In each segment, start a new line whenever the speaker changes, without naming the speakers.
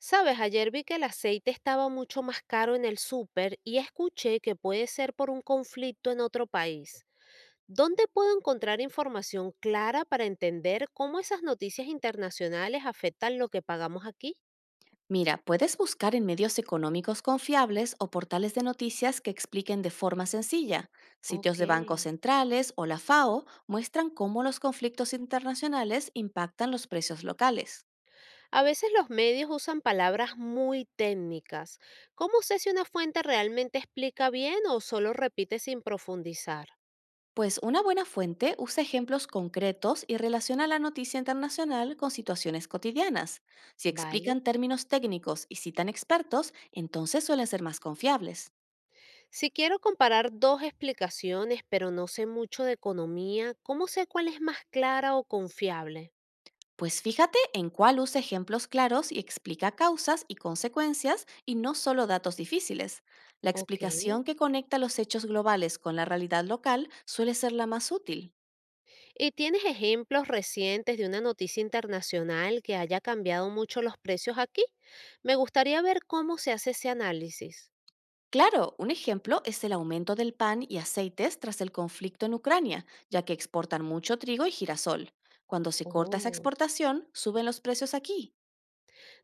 Sabes, ayer vi que el aceite estaba mucho más caro en el súper y escuché que puede ser por un conflicto en otro país. ¿Dónde puedo encontrar información clara para entender cómo esas noticias internacionales afectan lo que pagamos aquí?
Mira, puedes buscar en medios económicos confiables o portales de noticias que expliquen de forma sencilla. Sitios
Ok.
de bancos centrales o la FAO muestran cómo los conflictos internacionales impactan los precios locales.
A veces los medios usan palabras muy técnicas. ¿Cómo sé si una fuente realmente explica bien o solo repite sin profundizar?
Pues una buena fuente usa ejemplos concretos y relaciona la noticia internacional con situaciones cotidianas. Si
Vale.
explican términos técnicos y citan expertos, entonces suelen ser más confiables.
Si quiero comparar dos explicaciones, pero no sé mucho de economía, ¿cómo sé cuál es más clara o confiable?
Pues fíjate en cuál usa ejemplos claros y explica causas y consecuencias y no solo datos difíciles. La
Ok.
explicación que conecta los hechos globales con la realidad local suele ser la más útil.
¿Y tienes ejemplos recientes de una noticia internacional que haya cambiado mucho los precios aquí? Me gustaría ver cómo se hace ese análisis.
Claro, un ejemplo es el aumento del pan y aceites tras el conflicto en Ucrania, ya que exportan mucho trigo y girasol. Cuando se corta esa
Oh,
exportación, suben los precios aquí.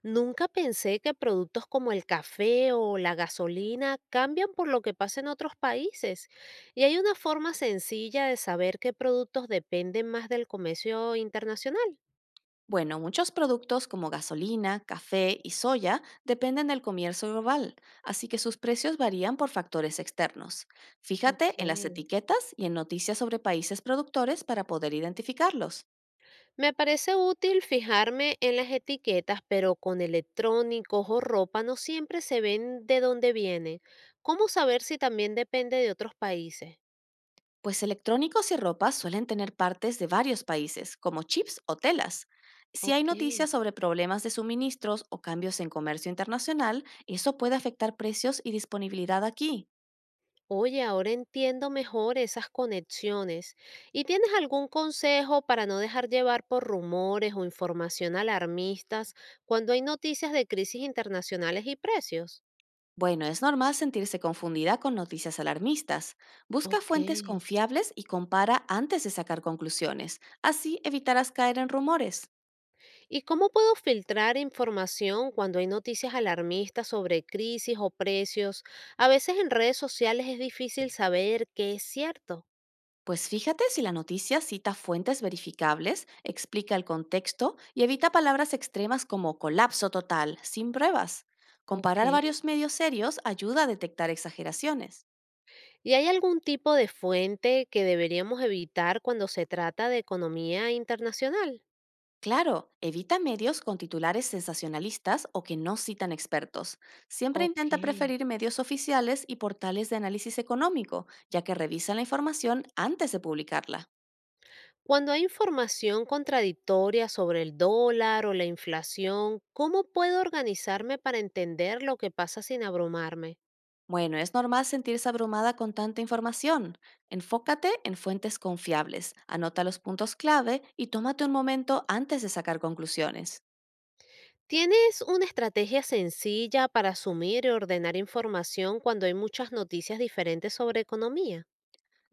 nunca pensé que productos como el café o la gasolina cambian por lo que pasa en otros países. Y hay una forma sencilla de saber qué productos dependen más del comercio internacional.
Bueno, muchos productos como gasolina, café y soya dependen del comercio global, así que sus precios varían por factores externos.
Ok.
Fíjate en las etiquetas y en noticias sobre países productores para poder identificarlos,
Me parece útil fijarme en las etiquetas, pero con electrónicos o ropa no siempre se ven de dónde vienen. ¿Cómo saber si también depende de otros países?
pues electrónicos y ropa suelen tener partes de varios países, como chips o telas. Si hay
Ok.
noticias sobre problemas de suministros o cambios en comercio internacional, eso puede afectar precios y disponibilidad aquí.
Oye, ahora entiendo mejor esas conexiones. ¿Y tienes algún consejo para no dejar llevar por rumores o información alarmistas cuando hay noticias de crisis internacionales y precios?
Bueno, es normal sentirse confundida con noticias alarmistas. Busca
Ok.
fuentes confiables y compara antes de sacar conclusiones. Así evitarás caer en rumores.
¿Y cómo puedo filtrar información cuando hay noticias alarmistas sobre crisis o precios? A veces en redes sociales es difícil saber qué es cierto.
Pues fíjate si la noticia cita fuentes verificables, explica el contexto y evita palabras extremas como colapso total, sin pruebas. Comparar
Ok.
varios medios serios ayuda a detectar exageraciones.
¿Y hay algún tipo de fuente que deberíamos evitar cuando se trata de economía internacional?
Claro, evita medios con titulares sensacionalistas o que no citan expertos. Siempre
Ok.
intenta preferir medios oficiales y portales de análisis económico, ya que revisan la información antes de publicarla.
Cuando hay información contradictoria sobre el dólar o la inflación, ¿cómo puedo organizarme para entender lo que pasa sin abrumarme?
Bueno, es normal sentirse abrumada con tanta información. Enfócate en fuentes confiables, anota los puntos clave y tómate un momento antes de sacar conclusiones.
¿Tienes una estrategia sencilla para asumir y ordenar información cuando hay muchas noticias diferentes sobre economía?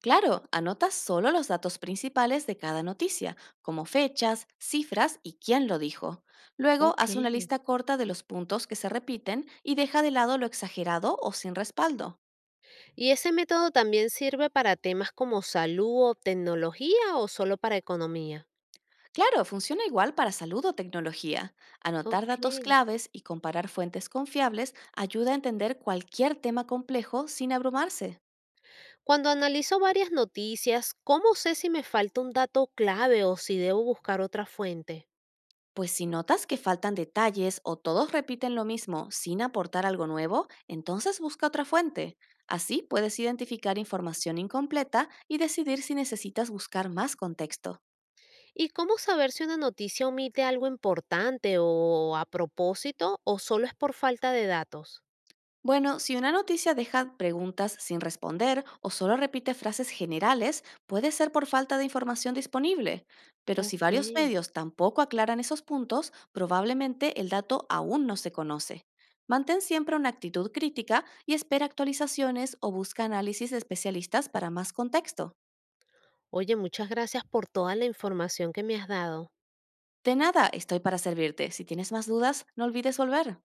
Claro, anota solo los datos principales de cada noticia, como fechas, cifras y quién lo dijo. Luego,
Ok.
haz una lista corta de los puntos que se repiten y deja de lado lo exagerado o sin respaldo.
¿Y ese método también sirve para temas como salud o tecnología o solo para economía?
Claro, funciona igual para salud o tecnología. Anotar
Ok.
datos claves y comparar fuentes confiables ayuda a entender cualquier tema complejo sin abrumarse.
Cuando analizo varias noticias, ¿cómo sé si me falta un dato clave o si debo buscar otra fuente?
Pues si notas que faltan detalles o todos repiten lo mismo sin aportar algo nuevo, entonces busca otra fuente. Así puedes identificar información incompleta y decidir si necesitas buscar más contexto.
¿Y cómo saber si una noticia omite algo importante o a propósito o solo es por falta de datos?
Bueno, si una noticia deja preguntas sin responder o solo repite frases generales, puede ser por falta de información disponible. Pero si
Ok.
varios medios tampoco aclaran esos puntos, probablemente el dato aún no se conoce. Mantén siempre una actitud crítica y espera actualizaciones o busca análisis de especialistas para más contexto.
Oye, muchas gracias por toda la información que me has dado.
De nada, estoy para servirte. Si tienes más dudas, no olvides volver.